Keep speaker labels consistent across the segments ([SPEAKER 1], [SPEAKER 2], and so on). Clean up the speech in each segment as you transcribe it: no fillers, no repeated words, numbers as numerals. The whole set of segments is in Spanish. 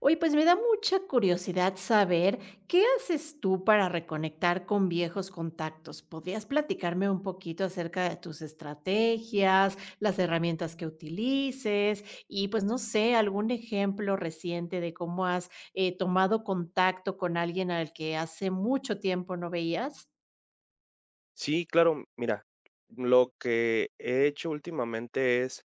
[SPEAKER 1] Oye, pues me da mucha curiosidad saber, ¿qué haces tú para reconectar con viejos contactos? ¿Podrías platicarme un poquito acerca de tus estrategias, las herramientas que utilices y, pues, no sé, algún ejemplo reciente de cómo has, tomado contacto con alguien al que hace mucho tiempo no veías?
[SPEAKER 2] Sí, claro, mira, lo que he hecho últimamente es,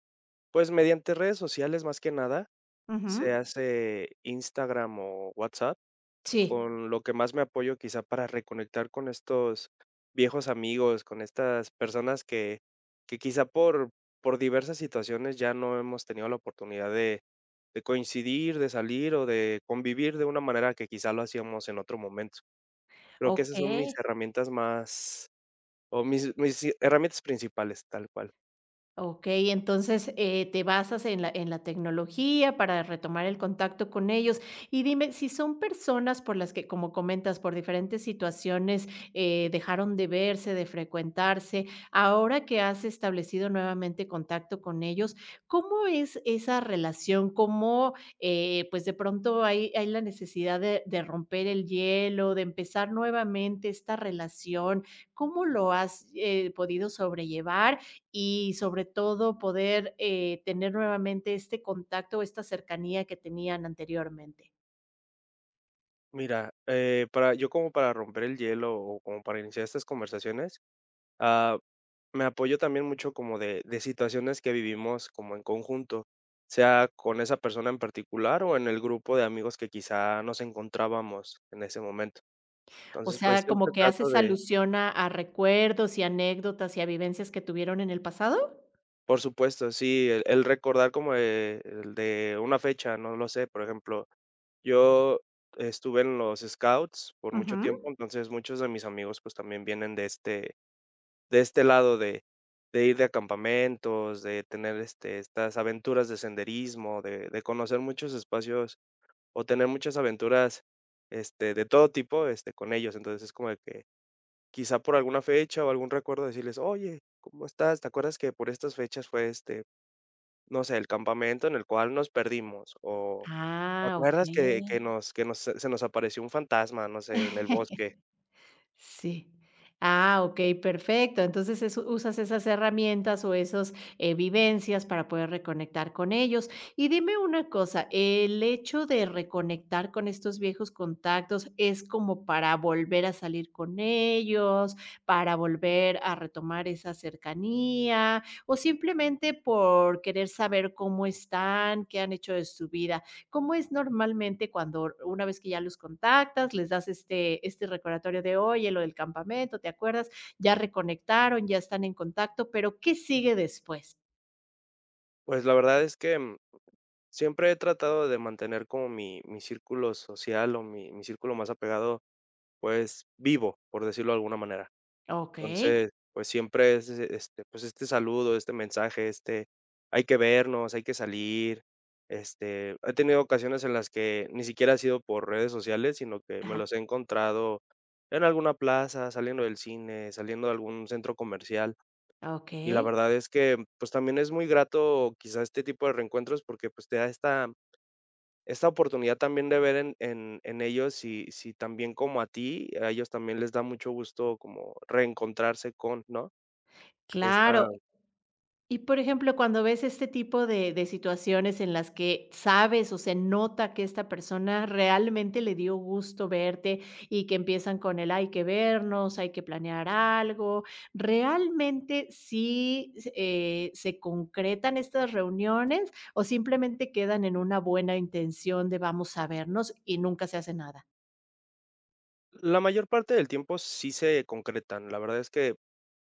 [SPEAKER 2] pues, mediante redes sociales, más que nada,
[SPEAKER 1] Ujú.
[SPEAKER 2] se hace Instagram o WhatsApp,
[SPEAKER 1] Sí,
[SPEAKER 2] con lo que más me apoyo quizá para reconectar con estos viejos amigos, con estas personas que quizá por diversas situaciones ya no hemos tenido la oportunidad de coincidir, de salir o de convivir de una manera que quizá lo hacíamos en otro momento. Creo que esas son mis
[SPEAKER 1] okey.
[SPEAKER 2] herramientas más o herramientas principales, tal cual.
[SPEAKER 1] Okey, entonces, te basas en la tecnología para retomar el contacto con ellos. Y dime, si son personas por las que, como comentas, por diferentes situaciones, dejaron de verse, de frecuentarse, ahora que has establecido nuevamente contacto con ellos, ¿cómo es esa relación? ¿Cómo, pues, de pronto hay la necesidad de romper el hielo, de empezar nuevamente esta relación? ¿Cómo lo has, podido sobrellevar? Y sobre todo poder tener nuevamente este contacto, esta cercanía que tenían anteriormente.
[SPEAKER 2] Mira, para yo como para romper el hielo o como para iniciar estas conversaciones, ah, me apoyo también mucho como de situaciones que vivimos como en conjunto, sea con esa persona en particular o en el grupo de amigos que quizá nos encontrábamos en ese momento.
[SPEAKER 1] O
[SPEAKER 2] Entonces, pues,
[SPEAKER 1] sea, como
[SPEAKER 2] siempre
[SPEAKER 1] que
[SPEAKER 2] trato
[SPEAKER 1] haces
[SPEAKER 2] de,
[SPEAKER 1] alusión a recuerdos y anécdotas y a vivencias que tuvieron en el pasado.
[SPEAKER 2] por supuesto, sí, el recordar, como, de una fecha, no lo sé, por ejemplo. Yo estuve en los Scouts por mucho
[SPEAKER 1] Ujú.
[SPEAKER 2] tiempo, entonces muchos de mis amigos, pues, también vienen de este lado de ir de campamentos, de tener, este, estas aventuras de senderismo, de conocer muchos espacios o tener muchas aventuras, este, de todo tipo, este, con ellos. Entonces, es como de que quizá por alguna fecha o algún recuerdo decirles: "Oye, ¿cómo estás? ¿Te acuerdas que por estas fechas fue, este, no sé, el campamento en el cual nos perdimos?" O: "¿Te
[SPEAKER 1] Ah, ok.
[SPEAKER 2] acuerdas que nos se nos apareció un fantasma, no sé, en el bosque?"
[SPEAKER 1] Sí. Ah, okey, perfecto. Entonces, es usas esas herramientas o esos, vivencias para poder reconectar con ellos. Y dime una cosa, ¿el hecho de reconectar con estos viejos contactos es como para volver a salir con ellos, para volver a retomar esa cercanía, o simplemente por querer saber cómo están, qué han hecho de su vida? ¿Cómo es normalmente cuando una vez que ya los contactas, les das este recordatorio de: "Oye, lo del campamento, ¿te acuerdas? Ya reconectaron, ya están en contacto", pero, ¿qué sigue después?
[SPEAKER 2] Pues, la verdad es que, siempre he tratado de mantener como mi círculo social o mi círculo más apegado, pues, vivo, por decirlo de alguna manera.
[SPEAKER 1] Okey.
[SPEAKER 2] Entonces, pues, siempre es, este, pues, este saludo, este mensaje, este: "Hay que vernos, hay que salir". Este, he tenido ocasiones en las que ni siquiera ha sido por redes sociales, sino que me
[SPEAKER 1] Ajá.
[SPEAKER 2] los he encontrado en alguna plaza, saliendo del cine, saliendo de algún centro comercial. Y la
[SPEAKER 1] Okey.
[SPEAKER 2] verdad es que, pues, también es muy grato, quizá, este tipo de reencuentros, porque, pues, te da esta oportunidad también de ver en ellos si también, como a ti, a ellos también les da mucho gusto como reencontrarse con, ¿no? Esta
[SPEAKER 1] Claro. Y, por ejemplo, cuando ves este tipo de situaciones en las que sabes, o se nota que esta persona realmente le dio gusto verte y que empiezan con el: "Hay que vernos, hay que planear algo", ¿realmente sí se concretan estas reuniones o simplemente quedan en una buena intención de vamos a vernos y nunca se hace nada?
[SPEAKER 2] La mayor parte del tiempo sí se concretan. La verdad es que,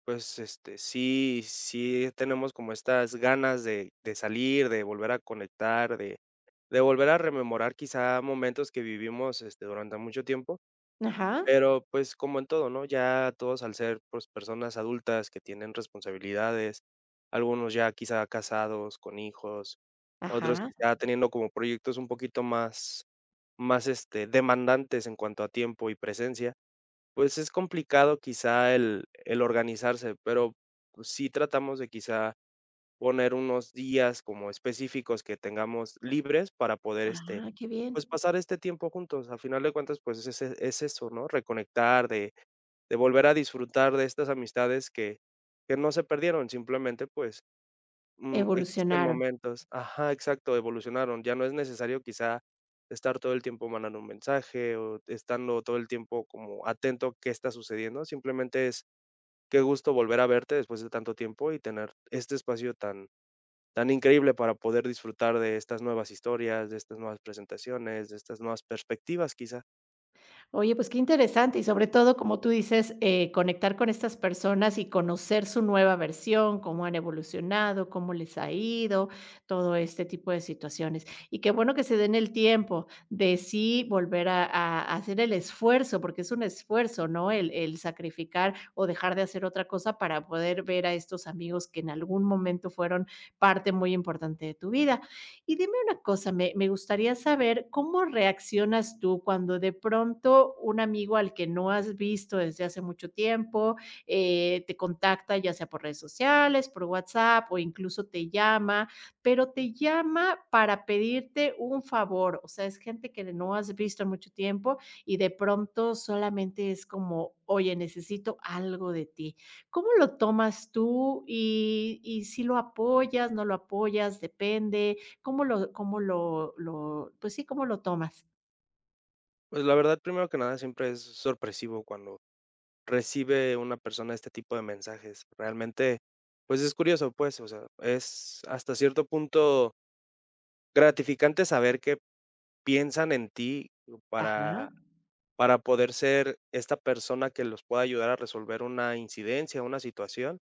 [SPEAKER 2] pues, este, sí tenemos como estas ganas de salir, de volver a conectar, de volver a rememorar, quizá, momentos que vivimos, este, durante mucho tiempo.
[SPEAKER 1] Ajá,
[SPEAKER 2] Pero, pues, como en todo, ¿no? Ya todos, al ser, pues, personas adultas que tienen responsabilidades, algunos ya quizá casados, con hijos, otros
[SPEAKER 1] ajá,
[SPEAKER 2] quizá teniendo como proyectos un poquito más, más, este, demandantes en cuanto a tiempo y presencia, pues, es complicado quizá el organizarse, pero, pues, sí tratamos de quizá poner unos días como específicos que tengamos libres para poder, este,
[SPEAKER 1] ah, qué bien.
[SPEAKER 2] pues, pasar este tiempo juntos. A final de cuentas, pues, es eso, ¿no? Reconectar, de volver a disfrutar de estas amistades que no se perdieron, simplemente, pues, existen
[SPEAKER 1] Evolucionaron.
[SPEAKER 2] momentos, ajá, exacto, evolucionaron. Ya no es necesario quizá estar todo el tiempo mandando un mensaje o estando todo el tiempo como atento a qué está sucediendo, simplemente es qué gusto volver a verte después de tanto tiempo y tener este espacio tan increíble para poder disfrutar de estas nuevas historias, de estas nuevas presentaciones, de estas nuevas perspectivas, quizá.
[SPEAKER 1] Oye, pues qué interesante y sobre todo, como tú dices, conectar con estas personas y conocer su nueva versión, cómo han evolucionado, cómo les ha ido, todo este tipo de situaciones. Y qué bueno que se den el tiempo de sí volver a hacer el esfuerzo, porque es un esfuerzo, ¿no? El sacrificar o dejar de hacer otra cosa para poder ver a estos amigos que en algún momento fueron parte muy importante de tu vida. Y dime una cosa, me gustaría saber cómo reaccionas tú cuando de pronto un amigo al que no has visto desde hace mucho tiempo te contacta, ya sea por redes sociales, por WhatsApp o incluso te llama, pero te llama para pedirte un favor. O sea, es gente que no has visto en mucho tiempo y de pronto solamente es como, oye, necesito algo de ti. ¿Cómo lo tomas tú y si lo apoyas, no lo apoyas, depende? ¿Cómo lo cómo lo pues sí, cómo lo tomas?
[SPEAKER 2] Pues, la verdad, primero que nada, siempre es sorpresivo cuando recibe una persona este tipo de mensajes. Realmente, pues, es curioso, pues, o sea, es hasta cierto punto gratificante saber que piensan en ti para
[SPEAKER 1] Ajá,
[SPEAKER 2] para poder ser esta persona que los pueda ayudar a resolver una incidencia, una situación.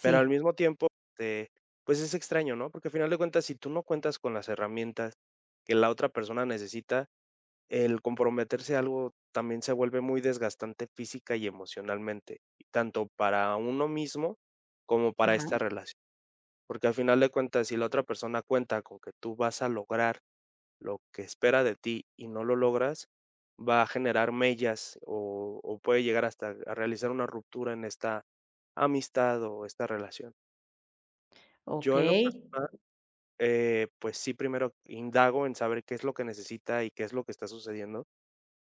[SPEAKER 2] Pero al mismo tiempo, este, pues es extraño, ¿no? Porque al final de cuentas, si tú no cuentas con las herramientas que la otra persona necesita, el comprometerse a algo también se vuelve muy desgastante física y emocionalmente, y tanto para uno mismo como para esta
[SPEAKER 1] ajá,
[SPEAKER 2] relación. Porque al final de cuentas, si la otra persona cuenta con que tú vas a lograr lo que espera de ti y no lo logras, va a generar mellas o puede llegar hasta a realizar una ruptura en esta amistad o esta relación. Yo en lo
[SPEAKER 1] okey,
[SPEAKER 2] personal, pues sí, primero indago en saber qué es lo que necesita y qué es lo que está sucediendo,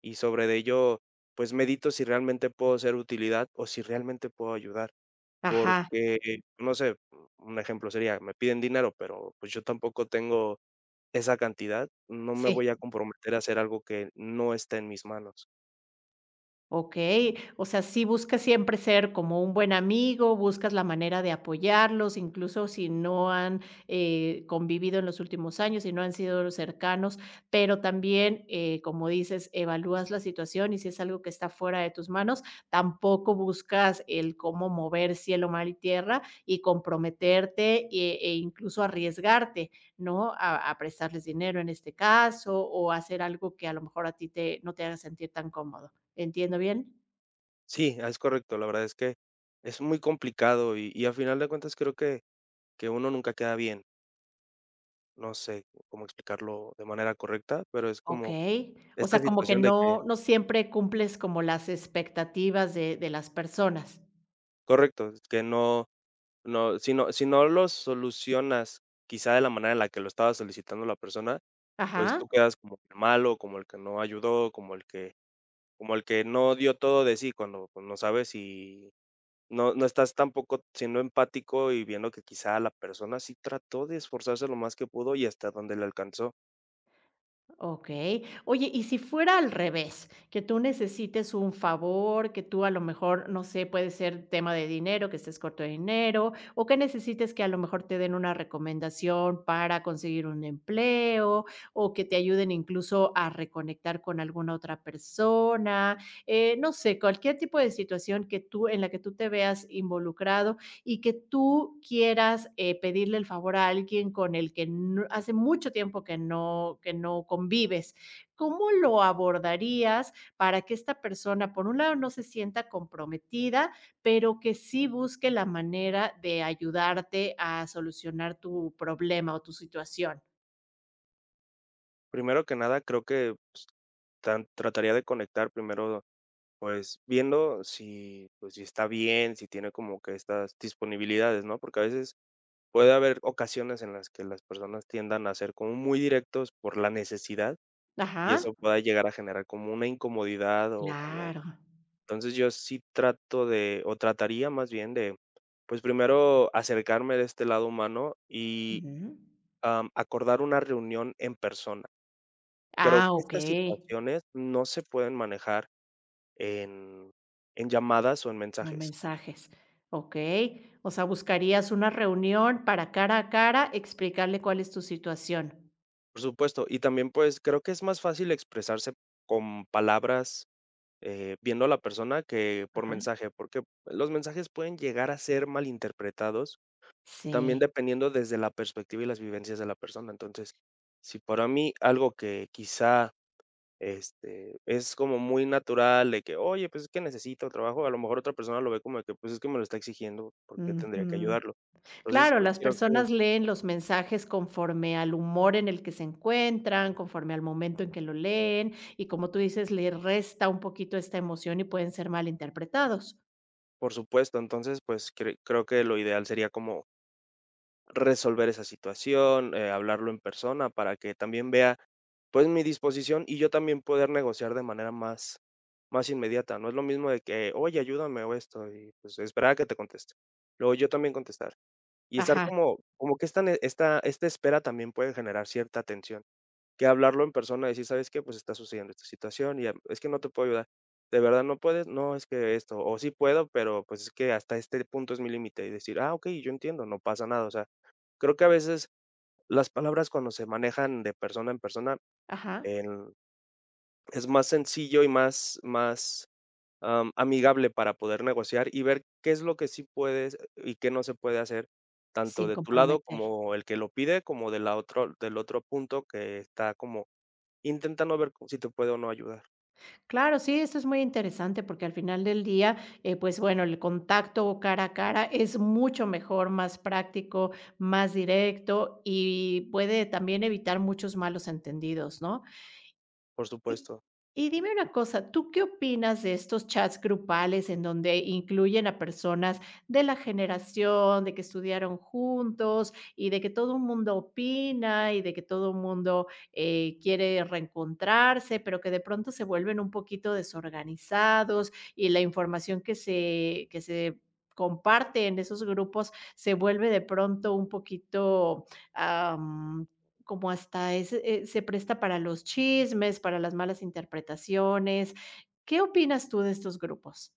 [SPEAKER 2] y sobre de ello, pues medito si realmente puedo ser utilidad o si realmente puedo ayudar,
[SPEAKER 1] ajá,
[SPEAKER 2] porque, no sé, un ejemplo sería, me piden dinero, pero pues yo tampoco tengo esa cantidad, no me
[SPEAKER 1] sí.
[SPEAKER 2] voy a comprometer a hacer algo que no está en mis manos.
[SPEAKER 1] Okey, o sea, sí buscas siempre ser como un buen amigo, buscas la manera de apoyarlos, incluso si no han, convivido en los últimos años, si no han sido cercanos, pero también, como dices, evalúas la situación y si es algo que está fuera de tus manos, tampoco buscas el cómo mover cielo, mar y tierra y comprometerte, e incluso arriesgarte, ¿no? A prestarles dinero en este caso, o hacer algo que a lo mejor a ti te no te haga sentir tan cómodo. ¿Entiendo bien?
[SPEAKER 2] Sí, es correcto, la verdad es que es muy complicado, y a final de cuentas creo que uno nunca queda bien. No sé cómo explicarlo de manera correcta, pero es como
[SPEAKER 1] Okey. O
[SPEAKER 2] esta
[SPEAKER 1] sea, como que
[SPEAKER 2] situación de que,
[SPEAKER 1] no no siempre cumples como las expectativas de las personas.
[SPEAKER 2] correcto, es que no si no si no lo solucionas quizá de la manera en la que lo estaba solicitando la persona, pues
[SPEAKER 1] Ajá.
[SPEAKER 2] tú quedas como el malo, como el que no ayudó, como el que no dio todo de sí cuando, pues, no sabes si no estás tampoco siendo empático y viendo que quizá la persona sí trató de esforzarse lo más que pudo y hasta donde le alcanzó.
[SPEAKER 1] Okey. Oye, y si fuera al revés, que tú necesites un favor, que tú a lo mejor, no sé, puede ser tema de dinero, que estés corto de dinero, o que necesites que a lo mejor te den una recomendación para conseguir un empleo, o que te ayuden incluso a reconectar con alguna otra persona, no sé, cualquier tipo de situación que tú en la que tú te veas involucrado, y que tú quieras pedirle el favor a alguien con el que hace mucho tiempo que no convives. ¿Cómo lo abordarías para que esta persona, por un lado, no se sienta comprometida, pero que sí busque la manera de ayudarte a solucionar tu problema o tu situación?
[SPEAKER 2] Primero que nada, creo que, pues, tan trataría de conectar primero. Pues, viendo si, pues, si está bien, si tiene como que estas disponibilidades, ¿no? Porque a veces puede haber ocasiones en las que las personas tiendan a ser como muy directos por la necesidad, y
[SPEAKER 1] Ajá,
[SPEAKER 2] eso pueda llegar a generar como una incomodidad o como,
[SPEAKER 1] claro.
[SPEAKER 2] entonces, yo sí trato de o trataría más bien de, pues, primero acercarme de este lado humano y,
[SPEAKER 1] Ujú.
[SPEAKER 2] am, acordar una reunión en persona. Creo
[SPEAKER 1] Ah,
[SPEAKER 2] que
[SPEAKER 1] ok.
[SPEAKER 2] estas situaciones no se pueden manejar en llamadas o en
[SPEAKER 1] O en
[SPEAKER 2] mensajes.
[SPEAKER 1] mensajes, okey. O sea, buscarías una reunión para cara a cara, explicarle cuál es tu situación.
[SPEAKER 2] Por supuesto, y también, pues, creo que es más fácil expresarse con palabras, viendo a la persona, que por
[SPEAKER 1] Ajá.
[SPEAKER 2] mensaje, porque los mensajes pueden llegar a ser malinterpretados, también
[SPEAKER 1] Sí,
[SPEAKER 2] dependiendo desde la perspectiva y las vivencias de la persona. Entonces, si para mí algo que quizá, este, es como muy natural de que: "Oye, pues, es que necesito trabajo", a lo mejor otra persona lo ve como de que, pues, es que me lo está exigiendo, porque tendría que
[SPEAKER 1] ujú.
[SPEAKER 2] ayudarlo. Entonces,
[SPEAKER 1] Claro,
[SPEAKER 2] pues,
[SPEAKER 1] las
[SPEAKER 2] creo que,
[SPEAKER 1] personas leen los mensajes conforme al humor en el que se encuentran, conforme al momento en que lo leen, y como tú dices, le resta un poquito esta emoción y pueden ser malinterpretados.
[SPEAKER 2] por supuesto, entonces, pues, creo que lo ideal sería como resolver esa situación, hablarlo en persona para que también vea, pues, mi disposición y yo también poder negociar de manera más, más inmediata. No es lo mismo de que: "Oye, ayúdame o esto", y, pues, esperar a que te conteste. Luego yo también contestar. Y estar
[SPEAKER 1] Ajá,
[SPEAKER 2] como como que esta ne esta esta espera también puede generar cierta tensión, que hablarlo en persona y decir: "¿Sabes qué? Pues está sucediendo esta situación y, am, es que no te puedo ayudar. ¿De verdad no puedes? No, es que esto, o sí puedo, pero, pues, es que hasta este punto es mi límite", y decir: "Ah, ok, yo entiendo, no pasa nada", o sea. Creo que a veces las palabras, cuando se manejan de persona en persona,
[SPEAKER 1] ajá,
[SPEAKER 2] en, es más sencillo y más, más, am, amigable para poder negociar y ver qué es lo que sí puedes y qué no se puede hacer, tanto
[SPEAKER 1] sin
[SPEAKER 2] de tu lado
[SPEAKER 1] comprometer.
[SPEAKER 2] como el que lo pide, como de la otro del otro punto que está como intentando ver si te puede o no ayudar,
[SPEAKER 1] Claro, sí, esto es muy interesante porque al final del día, pues bueno, el contacto cara a cara es mucho mejor, más práctico, más directo y puede también evitar muchos malos entendidos, ¿no?
[SPEAKER 2] por
[SPEAKER 1] Y
[SPEAKER 2] supuesto.
[SPEAKER 1] y dime una cosa, ¿tú qué opinas de estos chats grupales en donde incluyen a personas de la generación, de que estudiaron juntos y de que todo el mundo opina y de que todo el mundo, quiere reencontrarse, pero que de pronto se vuelven un poquito desorganizados y la información que se comparte en esos grupos se vuelve de pronto un poquito, como hasta ese, se presta para los chismes, para las malas interpretaciones. ¿Qué opinas tú de estos grupos?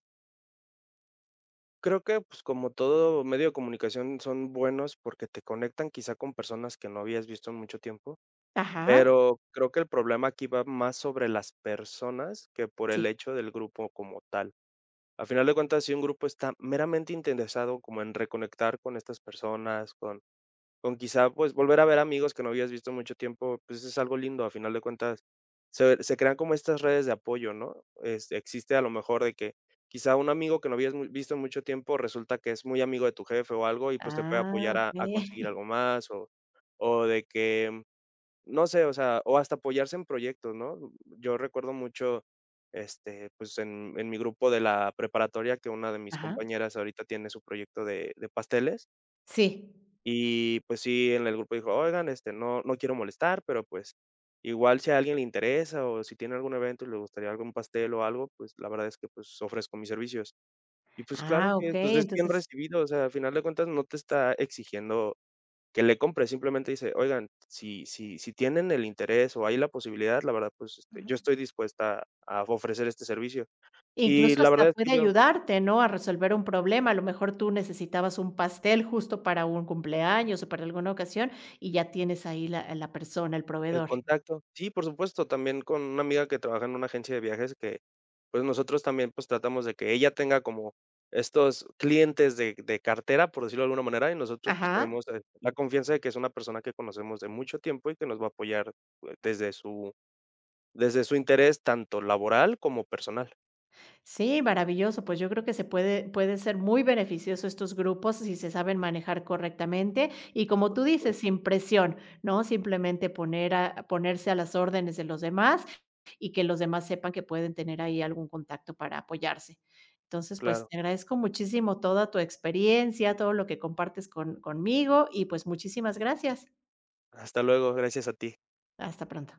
[SPEAKER 2] Creo que, pues, como todo medio de comunicación son buenos porque te conectan quizá con personas que no habías visto en mucho tiempo.
[SPEAKER 1] Ajá,
[SPEAKER 2] Pero creo que el problema aquí va más sobre las personas que por el
[SPEAKER 1] sí.
[SPEAKER 2] hecho del grupo como tal. A final de cuentas, si un grupo está meramente interesado como en reconectar con estas personas, con quizá, pues, volver a ver amigos que no habías visto mucho tiempo, pues, es algo lindo, a final de cuentas, se crean como estas redes de apoyo, ¿no? Este, existe a lo mejor de que quizá un amigo que no habías mu visto en mucho tiempo resulta que es muy amigo de tu jefe o algo y, pues, te puede
[SPEAKER 1] Ah,
[SPEAKER 2] apoyar a
[SPEAKER 1] okey.
[SPEAKER 2] conseguir algo más o de que no sé, o sea, o hasta apoyarse en proyectos, ¿no? Yo recuerdo mucho, este, pues, en mi grupo de la preparatoria, que una de mis
[SPEAKER 1] Ajá,
[SPEAKER 2] compañeras ahorita tiene su proyecto de pasteles,
[SPEAKER 1] sí.
[SPEAKER 2] y, pues, sí, en el grupo dijo: "Oigan, este, no quiero molestar, pero, pues, igual si a alguien le interesa o si tiene algún evento y le gustaría algún pastel o algo, pues, la verdad es que, pues, ofrezco mis servicios". Y, pues, claro
[SPEAKER 1] Ah,
[SPEAKER 2] que, pues,
[SPEAKER 1] okey,
[SPEAKER 2] es bien
[SPEAKER 1] entonces
[SPEAKER 2] recibido, o sea, al final de cuentas no te está exigiendo que le compre, simplemente dice: "Oigan, si si tienen el interés o hay la posibilidad, la verdad, pues, este,
[SPEAKER 1] ujú.
[SPEAKER 2] yo estoy dispuesta a ofrecer este servicio". Y
[SPEAKER 1] Incluso
[SPEAKER 2] la
[SPEAKER 1] hasta
[SPEAKER 2] verdad es que
[SPEAKER 1] puede
[SPEAKER 2] yo
[SPEAKER 1] ayudarte, ¿no?, a resolver un problema. A lo mejor tú necesitabas un pastel justo para un cumpleaños o para alguna ocasión, y ya tienes ahí la persona, el
[SPEAKER 2] el
[SPEAKER 1] proveedor.
[SPEAKER 2] contacto sí, por supuesto, también con una amiga que trabaja en una agencia de viajes, que, pues, nosotros también, pues, tratamos de que ella tenga como estos clientes de cartera, por decirlo de alguna manera, y nosotros, pues,
[SPEAKER 1] Ajá.
[SPEAKER 2] tenemos, la confianza de que es una persona que conocemos de mucho tiempo y que nos va a apoyar, pues, desde su interés, tanto laboral como personal,
[SPEAKER 1] Sí, maravilloso. Pues yo creo que se puede, puede ser muy beneficioso estos grupos si se saben manejar correctamente y como tú dices,
[SPEAKER 2] pues,
[SPEAKER 1] sin presión, ¿no? Simplemente poner a, ponerse a las órdenes de los demás y que los demás sepan que pueden tener ahí algún contacto para apoyarse. Entonces, pues
[SPEAKER 2] claro.
[SPEAKER 1] te agradezco muchísimo toda tu experiencia, todo lo que compartes con, conmigo y pues muchísimas gracias.
[SPEAKER 2] Hasta luego, gracias a ti.
[SPEAKER 1] Hasta pronto.